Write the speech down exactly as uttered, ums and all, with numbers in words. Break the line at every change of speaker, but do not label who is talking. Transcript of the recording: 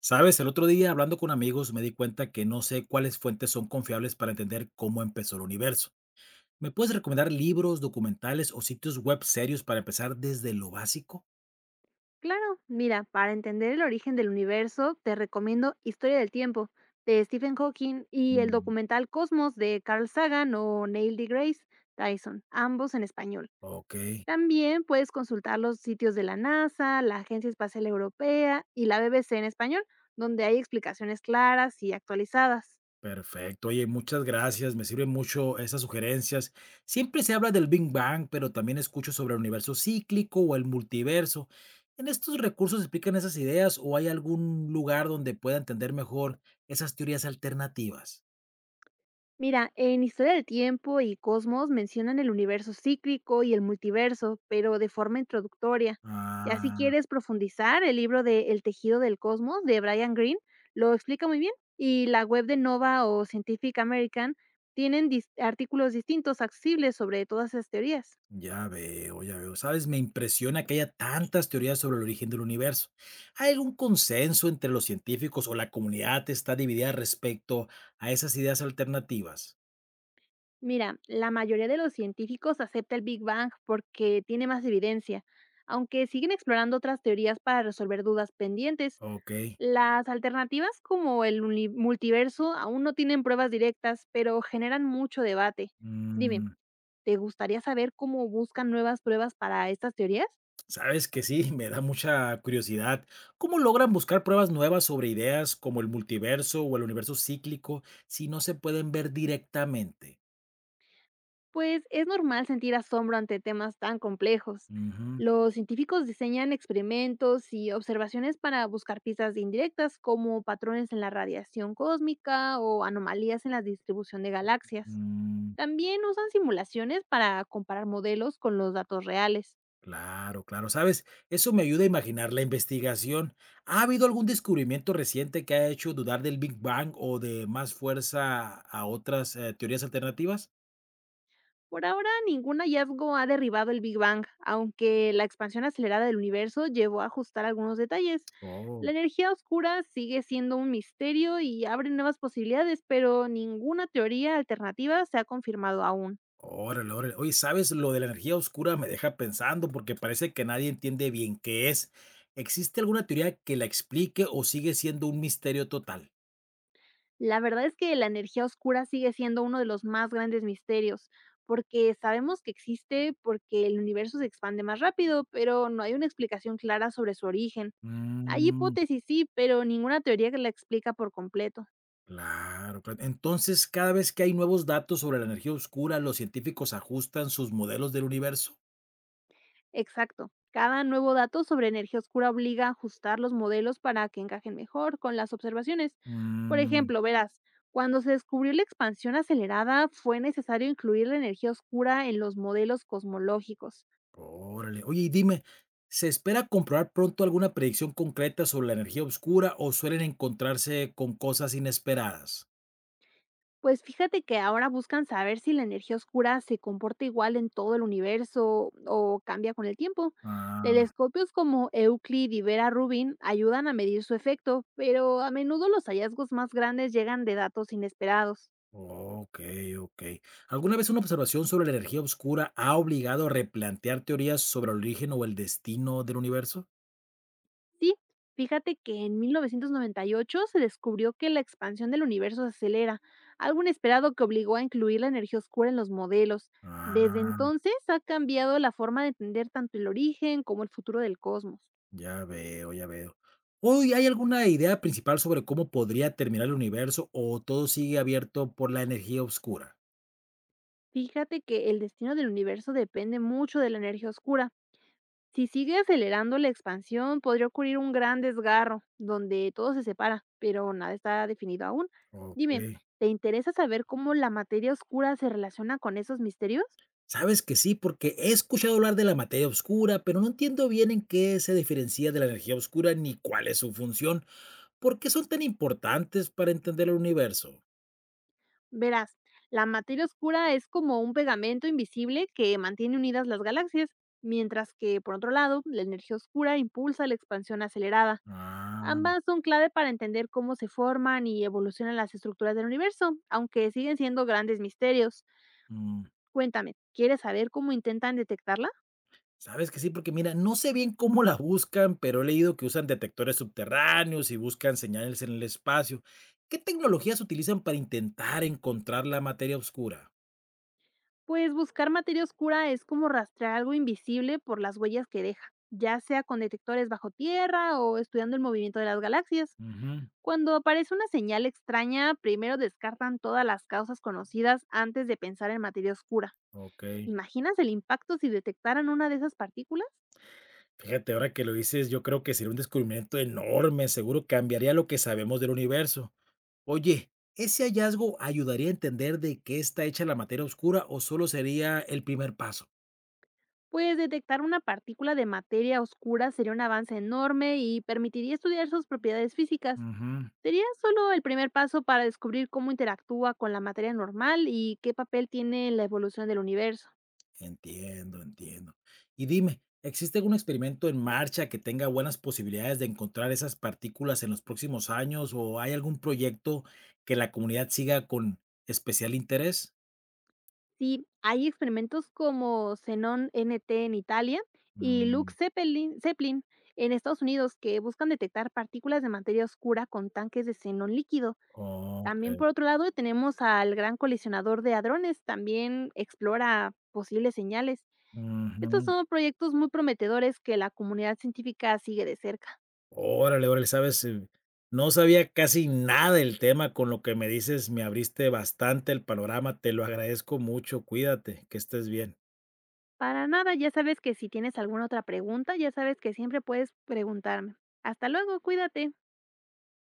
Sabes, el otro día hablando con amigos me di cuenta que no sé cuáles fuentes son confiables para entender cómo empezó el universo. ¿Me puedes recomendar libros, documentales o sitios web serios para empezar desde lo básico?
Claro, mira, para entender el origen del universo, te recomiendo Historia del Tiempo de Stephen Hawking y el
Mm,
documental Cosmos de Carl Sagan o Neil deGrasse Tyson, ambos en español.
ok,
También puedes consultar los sitios de la NASA, la Agencia Espacial Europea y la B B C en español, donde hay explicaciones claras y actualizadas.
perfecto. Oye, muchas gracias. Me sirven mucho esas sugerencias. Siempre se habla del Big Bang, pero también escucho sobre el universo cíclico o el multiverso. ¿En estos recursos explican esas ideas o hay algún lugar donde pueda entender mejor esas teorías alternativas?
Mira, en Historia del Tiempo y Cosmos mencionan el universo cíclico y el multiverso, pero de forma introductoria. Ya si
Ah.
quieres profundizar, el libro de El tejido del cosmos de Brian Greene lo explica muy bien y la web de Nova o Scientific American tienen dis- artículos distintos accesibles sobre todas esas teorías.
Ya veo, ya veo. Sabes, me impresiona que haya tantas teorías sobre el origen del universo. ¿Hay algún consenso entre los científicos o la comunidad está dividida respecto a esas ideas alternativas?
Mira, la mayoría de los científicos acepta el Big Bang porque tiene más evidencia, aunque siguen explorando otras teorías para resolver dudas pendientes.
Ok.
Las alternativas como el uni- multiverso aún no tienen pruebas directas, pero generan mucho debate. Dime,
Mm,
¿te gustaría saber cómo buscan nuevas pruebas para estas teorías?
sabes que sí, me da mucha curiosidad. ¿Cómo logran buscar pruebas nuevas sobre ideas como el multiverso o el universo cíclico si no se pueden ver directamente?
Pues es normal sentir asombro ante temas tan complejos.
Ujú,
Los científicos diseñan experimentos y observaciones para buscar pistas indirectas como patrones en la radiación cósmica o anomalías en la distribución de galaxias.
mm.
También usan simulaciones para comparar modelos con los datos reales.
Claro, claro, ¿sabes? Eso me ayuda a imaginar la investigación. ¿Ha habido algún descubrimiento reciente que ha hecho dudar del Big Bang o de más fuerza a otras eh, teorías alternativas?
Por ahora, ningún hallazgo ha derribado el Big Bang, aunque la expansión acelerada del universo llevó a ajustar algunos detalles. La
Oh,
energía oscura sigue siendo un misterio y abre nuevas posibilidades, pero ninguna teoría alternativa se ha confirmado aún.
órale, órale. Oye, ¿sabes? Lo de la energía oscura me deja pensando porque parece que nadie entiende bien qué es. ¿Existe alguna teoría que la explique o sigue siendo un misterio total?
La verdad es que la energía oscura sigue siendo uno de los más grandes misterios, porque sabemos que existe porque el universo se expande más rápido, pero no hay una explicación clara sobre su origen. Hay
Mm,
hipótesis, sí, pero ninguna teoría que la explica por completo.
claro, claro. Entonces, cada vez que hay nuevos datos sobre la energía oscura, los científicos ajustan sus modelos del universo.
Exacto. Cada nuevo dato sobre energía oscura obliga a ajustar los modelos para que encajen mejor con las observaciones. Por
Mm,
ejemplo, verás, cuando se descubrió la expansión acelerada, fue necesario incluir la energía oscura en los modelos cosmológicos.
órale. Oye, y dime, ¿se espera comprobar pronto alguna predicción concreta sobre la energía oscura o suelen encontrarse con cosas inesperadas?
Pues fíjate que ahora buscan saber si la energía oscura se comporta igual en todo el universo o cambia con el tiempo.
Ah,
Telescopios como Euclid y Vera Rubin ayudan a medir su efecto, pero a menudo los hallazgos más grandes llegan de datos inesperados.
ok, ok. ¿Alguna vez una observación sobre la energía oscura ha obligado a replantear teorías sobre el origen o el destino del universo?
Sí, fíjate que en mil novecientos noventa y ocho se descubrió que la expansión del universo se acelera, algo inesperado que obligó a incluir la energía oscura en los modelos. Desde
Ah,
entonces ha cambiado la forma de entender tanto el origen como el futuro del cosmos.
ya veo, ya veo. Hoy, ¿hay alguna idea principal sobre cómo podría terminar el universo o todo sigue abierto por la energía oscura?
Fíjate que el destino del universo depende mucho de la energía oscura. Si sigue acelerando la expansión, podría ocurrir un gran desgarro, donde todo se separa, pero nada está definido aún.
Ok.
Dime, ¿te interesa saber cómo la materia oscura se relaciona con esos misterios?
Sabes que sí, porque he escuchado hablar de la materia oscura, pero no entiendo bien en qué se diferencia de la energía oscura ni cuál es su función. ¿Por qué son tan importantes para entender el universo?
Verás, la materia oscura es como un pegamento invisible que mantiene unidas las galaxias, mientras que, por otro lado, la energía oscura impulsa la expansión acelerada.
Ah,
Ambas son clave para entender cómo se forman y evolucionan las estructuras del universo, aunque siguen siendo grandes misterios.
mm,
Cuéntame, ¿quieres saber cómo intentan detectarla?
sabes que sí, porque mira, no sé bien cómo la buscan, pero he leído que usan detectores subterráneos y buscan señales en el espacio. ¿Qué tecnologías utilizan para intentar encontrar la materia oscura?
Pues buscar materia oscura es como rastrear algo invisible por las huellas que deja, ya sea con detectores bajo tierra o estudiando el movimiento de las galaxias.
Ujú,
Cuando aparece una señal extraña, primero descartan todas las causas conocidas antes de pensar en materia oscura.
ok.
¿Imaginas el impacto si detectaran una de esas partículas?
Fíjate, ahora que lo dices, yo creo que sería un descubrimiento enorme, seguro cambiaría lo que sabemos del universo. Oye, ¿ese hallazgo ayudaría a entender de qué está hecha la materia oscura o solo sería el primer paso?
Pues detectar una partícula de materia oscura sería un avance enorme y permitiría estudiar sus propiedades físicas.
Ujú,
Sería solo el primer paso para descubrir cómo interactúa con la materia normal y qué papel tiene en la evolución del universo.
entiendo, entiendo. Y dime, ¿existe algún experimento en marcha que tenga buenas posibilidades de encontrar esas partículas en los próximos años o hay algún proyecto que la comunidad siga con especial interés?
Sí, hay experimentos como Xenon N T en Italia y
Mm,
Lux Zeppelin, Zeppelin en Estados Unidos que buscan detectar partículas de materia oscura con tanques de xenón líquido.
ok.
También por otro lado tenemos al Gran Colisionador de Hadrones, también explora posibles señales. Estos
Ujú.
son proyectos muy prometedores que la comunidad científica sigue de cerca.
Órale, órale, ¿sabes? Eh, no sabía casi nada del tema, con lo que me dices me abriste bastante el panorama, te lo agradezco mucho, cuídate, que estés bien.
Para nada, ya sabes que si tienes alguna otra pregunta, ya sabes que siempre puedes preguntarme. Hasta luego, cuídate.